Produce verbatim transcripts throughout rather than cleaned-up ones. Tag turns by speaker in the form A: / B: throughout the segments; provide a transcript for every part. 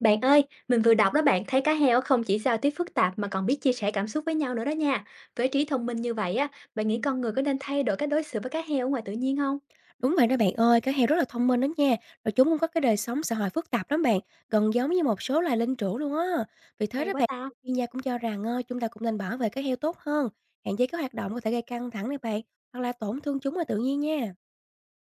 A: Bạn ơi, mình vừa đọc đó bạn thấy cá heo không chỉ giao tiếp phức tạp mà còn biết chia sẻ cảm xúc với nhau nữa đó nha. Với trí thông minh như vậy á, bạn nghĩ con người có nên thay đổi cách đối xử với cá heo ở ngoài tự nhiên không?
B: Đúng vậy đó bạn ơi, cá heo rất là thông minh đó nha, rồi chúng cũng có cái đời sống xã hội phức tạp lắm bạn, gần giống như một số loài linh trưởng luôn á. Vì thế
A: Hay
B: đó
A: quá
B: bạn,
A: ta.
B: chuyên gia cũng cho rằng ờ, chúng ta cũng nên bảo vệ cá heo tốt hơn, hạn chế các hoạt động có thể gây căng thẳng này bạn, hoặc là tổn thương chúng là tự nhiên nha.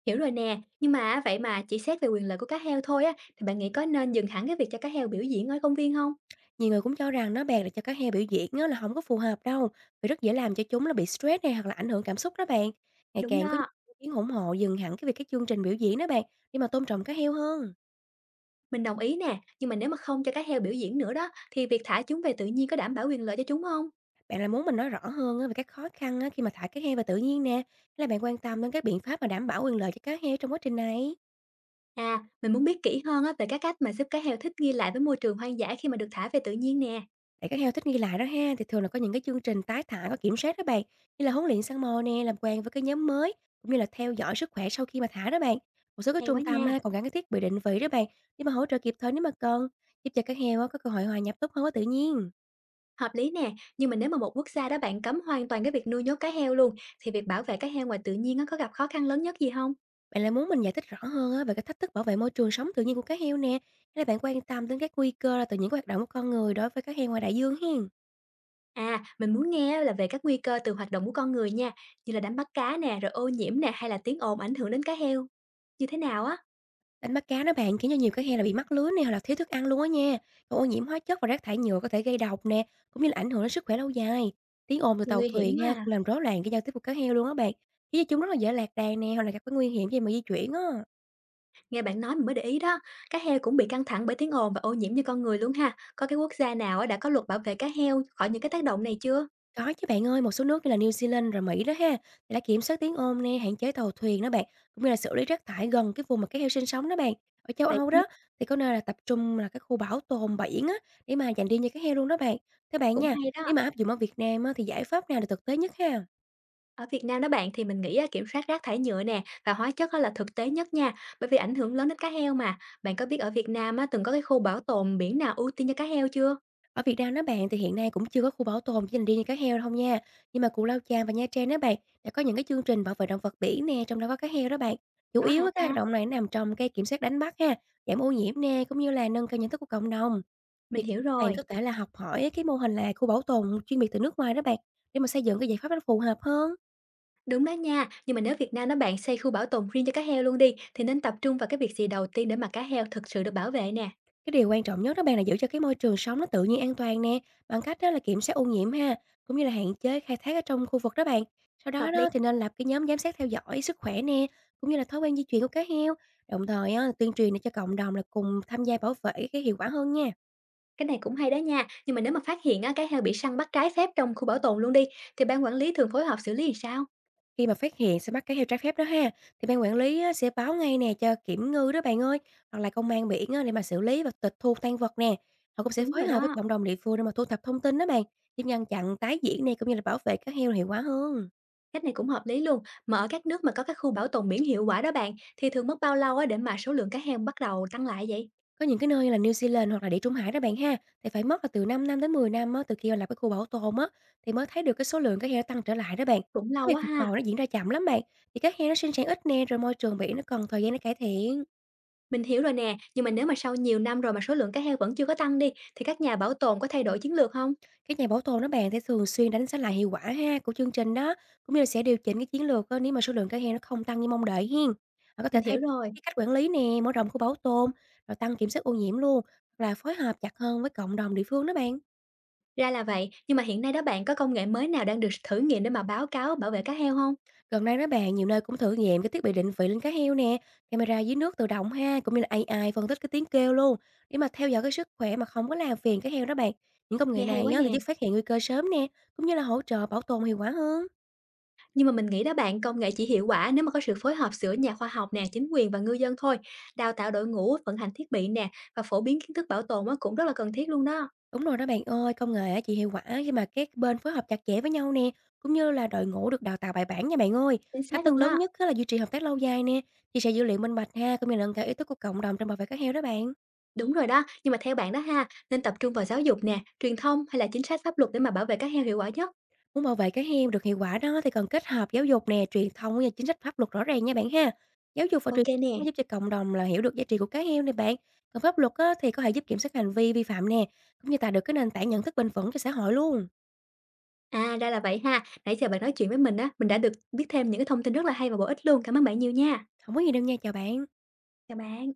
A: Hiểu rồi nè, nhưng mà á, vậy mà chỉ xét về quyền lợi của cá heo thôi á, thì bạn nghĩ có nên dừng hẳn cái việc cho cá heo biểu diễn ở công viên không?
B: Nhiều người cũng cho rằng đó bạn là cho cá heo biểu diễn á, là không có phù hợp đâu, vì rất dễ làm cho chúng là bị stress này hoặc là ảnh hưởng cảm xúc đó bạn. Ngày
A: Đúng
B: càng có nhiều
A: đó,
B: ý kiến ủng hộ dừng hẳn cái việc các chương trình biểu diễn đó bạn, để mà tôn trọng cá heo hơn.
A: mình đồng ý nè, nhưng mà nếu mà không cho cá heo biểu diễn nữa đó, thì việc thả chúng về tự nhiên có đảm bảo quyền lợi cho chúng không?
B: Bạn là muốn mình nói rõ hơn á về các khó khăn á khi mà thả cá heo vào tự nhiên nè, hay là bạn quan tâm đến các biện pháp mà đảm bảo quyền lợi cho cá heo trong quá trình này?
A: À, mình muốn biết kỹ hơn á, về các cách mà giúp cá heo thích nghi lại với môi trường hoang dã khi mà được thả về tự nhiên nè.
B: Để cá heo thích nghi lại đó ha, thì thường là có những cái chương trình tái thả có kiểm soát đó bạn, như là huấn luyện săn mồi nè, làm quen với cái nhóm mới, cũng như là theo dõi sức khỏe sau khi mà thả đó bạn. Một số cái
A: Hay quá
B: trung
A: nha.
B: tâm ha, còn gắn cái thiết bị định vị đó bạn, để mà hỗ trợ kịp thời nếu mà cần, giúp cho cá heo á có cơ hội hòa nhập tốt hơn với tự nhiên.
A: Hợp lý nè, nhưng mà nếu mà một quốc gia đó bạn cấm hoàn toàn cái việc nuôi nhốt cá heo luôn, thì việc bảo vệ cá heo ngoài tự nhiên nó có gặp khó khăn lớn nhất gì không?
B: Bạn lại muốn mình giải thích rõ hơn á về cái thách thức bảo vệ môi trường sống tự nhiên của cá heo nè, hay là bạn quan tâm đến các nguy cơ là từ những hoạt động của con người đối với cá heo ngoài đại dương hiên?
A: À, mình muốn nghe là về các nguy cơ từ hoạt động của con người nha, như là đánh bắt cá nè, rồi ô nhiễm nè, hay là tiếng ồn ảnh hưởng đến cá heo. Như thế nào á?
B: Đánh bắt cá đó bạn khiến cho nhiều cá heo là bị mắc lưới nè hoặc là thiếu thức ăn luôn á nha. Còn ô nhiễm hóa chất và rác thải nhựa có thể gây độc nè, cũng như là ảnh hưởng đến sức khỏe lâu dài. Tiếng ồn từ
A: Nghe
B: tàu
A: nguy hiểm
B: thuyền
A: quá
B: ha
A: à.
B: cũng làm rối loạn cái giao tiếp của cá heo luôn á bạn, khiến cho chúng rất là dễ lạc đàn nè hoặc là gặp cái nguy hiểm khi mà di chuyển á.
A: Nghe bạn nói mình mới để ý đó, cá heo cũng bị căng thẳng bởi tiếng ồn và ô nhiễm như con người luôn ha. Có cái quốc gia nào á đã có luật bảo vệ cá heo khỏi những cái tác động này chưa?
B: Có chứ bạn ơi, một số nước như là New Zealand rồi Mỹ đó ha, thì đã kiểm soát tiếng ồn nè, hạn chế tàu thuyền đó bạn, cũng như là xử lý rác thải gần cái vùng mà các heo sinh sống đó bạn. Ở châu
A: Vậy
B: Âu
A: cũng
B: đó thì có nơi là tập trung là các khu bảo tồn biển á để mà dành riêng cho các heo luôn đó bạn. Thế bạn
A: cũng
B: nha,
A: hay đó.
B: nếu mà áp dụng ở Việt Nam á, thì giải pháp nào là thực tế nhất ha?
A: Ở Việt Nam đó bạn thì mình nghĩ á, kiểm soát rác thải nhựa nè và hóa chất á là thực tế nhất nha, bởi vì ảnh hưởng lớn đến cá heo mà. Bạn có biết ở Việt Nam á, từng có cái khu bảo tồn biển nào ưu tiên cho cá heo chưa?
B: Ở Việt Nam đó bạn thì hiện nay cũng chưa có khu bảo tồn chỉ dành riêng cho cá heo đâu nha. Nhưng mà Cù Lao Chàm và Nha Trang đó bạn đã có những cái chương trình bảo vệ động vật biển nè, trong đó có cá heo đó bạn. Chủ
A: Có
B: yếu
A: hả
B: á, các hoạt
A: ta?
B: động này nằm trong cái kiểm soát đánh bắt ha, giảm ô nhiễm nè, cũng như là nâng cao nhận thức của cộng đồng.
A: Mình
B: Thì
A: hiểu
B: bạn có
A: rồi.
B: thể là học hỏi cái mô hình là khu bảo tồn chuyên biệt từ nước ngoài đó bạn để mà xây dựng cái giải pháp nó phù hợp hơn.
A: Đúng đó nha, nhưng mà nếu Việt Nam đó bạn xây khu bảo tồn riêng cho cá heo luôn đi thì nên tập trung vào cái việc gì đầu tiên để mà cá heo thực sự được bảo vệ nè.
B: Cái điều quan trọng nhất đó bạn là giữ cho cái môi trường sống nó tự nhiên an toàn nè, bằng cách đó là kiểm soát ô nhiễm ha, cũng như là hạn chế khai thác ở trong khu vực đó bạn. Sau
A: Hợp
B: đó
A: lý.
B: đó thì nên lập cái nhóm giám sát theo dõi sức khỏe nè, cũng như là thói quen di chuyển của cá heo, đồng thời á, tuyên truyền để cho cộng đồng là cùng tham gia bảo vệ cái hiệu quả hơn nha.
A: Cái này cũng hay đó nha, nhưng mà nếu mà phát hiện á, cá heo bị săn bắt trái phép trong khu bảo tồn luôn đi thì ban quản lý thường phối hợp xử lý thì sao?
B: Khi mà phát hiện săn bắt cá heo trái phép đó ha, thì ban quản lý á, sẽ báo ngay nè cho kiểm ngư đó bạn ơi, hoặc là công an biển á, để mà xử lý và tịch thu tang vật nè. Họ cũng sẽ
A: Đúng
B: phối
A: rồi
B: hợp với
A: đó.
B: cộng đồng địa phương để mà thu thập thông tin đó bạn, giúp ngăn chặn tái diễn này cũng như là bảo vệ cá heo hiệu quả hơn.
A: Cách này cũng hợp lý luôn. Mà ở các nước mà có các khu bảo tồn biển hiệu quả đó bạn, thì thường mất bao lâu á để mà số lượng cá heo bắt đầu tăng lại vậy?
B: Có những cái nơi như là New Zealand hoặc là Địa Trung Hải đó bạn ha, thì phải mất là từ 5 năm đến mười năm á, từ khi mà lập cái khu bảo tồn á, thì mới thấy được cái số lượng cá heo tăng trở lại đó bạn.
A: Cũng lâu
B: Cái việc
A: quá
B: phục hồi
A: ha.
B: nó diễn ra chậm lắm bạn, thì cá heo nó sinh sản ít nè, rồi môi trường biển nó cần thời gian để cải thiện.
A: Mình hiểu rồi nè, nhưng mà nếu mà sau nhiều năm rồi mà số lượng cá heo vẫn chưa có tăng đi, thì các nhà bảo tồn có thay đổi chiến lược không?
B: Các nhà bảo tồn đó bạn sẽ thường xuyên đánh giá lại hiệu quả ha của chương trình đó, cũng như là sẽ điều chỉnh cái chiến lược á, nếu mà số lượng cá heo nó không tăng như mong đợi hiên. Họ có thể
A: Mình
B: thay
A: hiểu rồi,
B: đổi cái cách quản lý nè, mở rộng khu bảo tồn, rồi tăng kiểm soát ô nhiễm luôn, hoặc là phối hợp chặt hơn với cộng đồng địa phương đó bạn.
A: ra là vậy. Nhưng mà hiện nay đó bạn có công nghệ mới nào đang được thử nghiệm để mà báo cáo bảo vệ cá heo không?
B: Gần đây đó bạn, nhiều nơi cũng thử nghiệm cái thiết bị định vị lên cá heo nè, camera dưới nước tự động ha, cũng như là a i phân tích cái tiếng kêu luôn, để mà theo dõi cái sức khỏe mà không có làm phiền cá heo đó bạn. Những công nghệ
A: Nghe hay
B: này
A: quá
B: á,
A: nè.
B: thì giúp phát hiện nguy cơ sớm nè, cũng như là hỗ trợ bảo tồn hiệu quả hơn.
A: Nhưng mà mình nghĩ đó bạn, công nghệ chỉ hiệu quả nếu mà có sự phối hợp giữa nhà khoa học nè, chính quyền và ngư dân thôi. Đào tạo đội ngũ, vận hành thiết bị nè và phổ biến kiến thức bảo tồn á cũng rất là cần thiết luôn đó.
B: Đúng rồi đó bạn ơi, công nghệ á chỉ hiệu quả khi mà các bên phối hợp chặt chẽ với nhau nè, cũng như là đội ngũ được đào tạo bài bản nha bạn ơi.
A: Chính
B: Thách
A: xác
B: thức
A: luôn
B: lớn
A: đó.
B: nhất á là duy trì hợp tác lâu dài nè, chia sẻ dữ liệu minh bạch ha, cũng như là nâng cao ý thức của cộng đồng trong bảo vệ cá heo đó bạn.
A: Đúng rồi đó, nhưng mà theo bạn đó ha, nên tập trung vào giáo dục nè, truyền thông hay là chính sách pháp luật để mà bảo vệ các heo hiệu quả nhất?
B: Muốn bảo vệ cá heo được hiệu quả đó thì cần kết hợp giáo dục nè, truyền thông với chính sách pháp luật rõ ràng nha bạn ha. Giáo dục và
A: Ok
B: truyền
A: nè.
B: thông mới giúp cho cộng đồng là hiểu được giá trị của cá heo này bạn. Còn pháp luật á, thì có thể giúp kiểm soát hành vi vi phạm nè, cũng như tạo được cái nền tảng nhận thức bền vững cho xã hội luôn.
A: À, ra là vậy ha. Nãy giờ bạn nói chuyện với mình á, mình đã được biết thêm những cái thông tin rất là hay và bổ ích luôn. Cảm ơn bạn nhiều nha.
B: Không có gì đâu nha, chào bạn.
A: Chào bạn.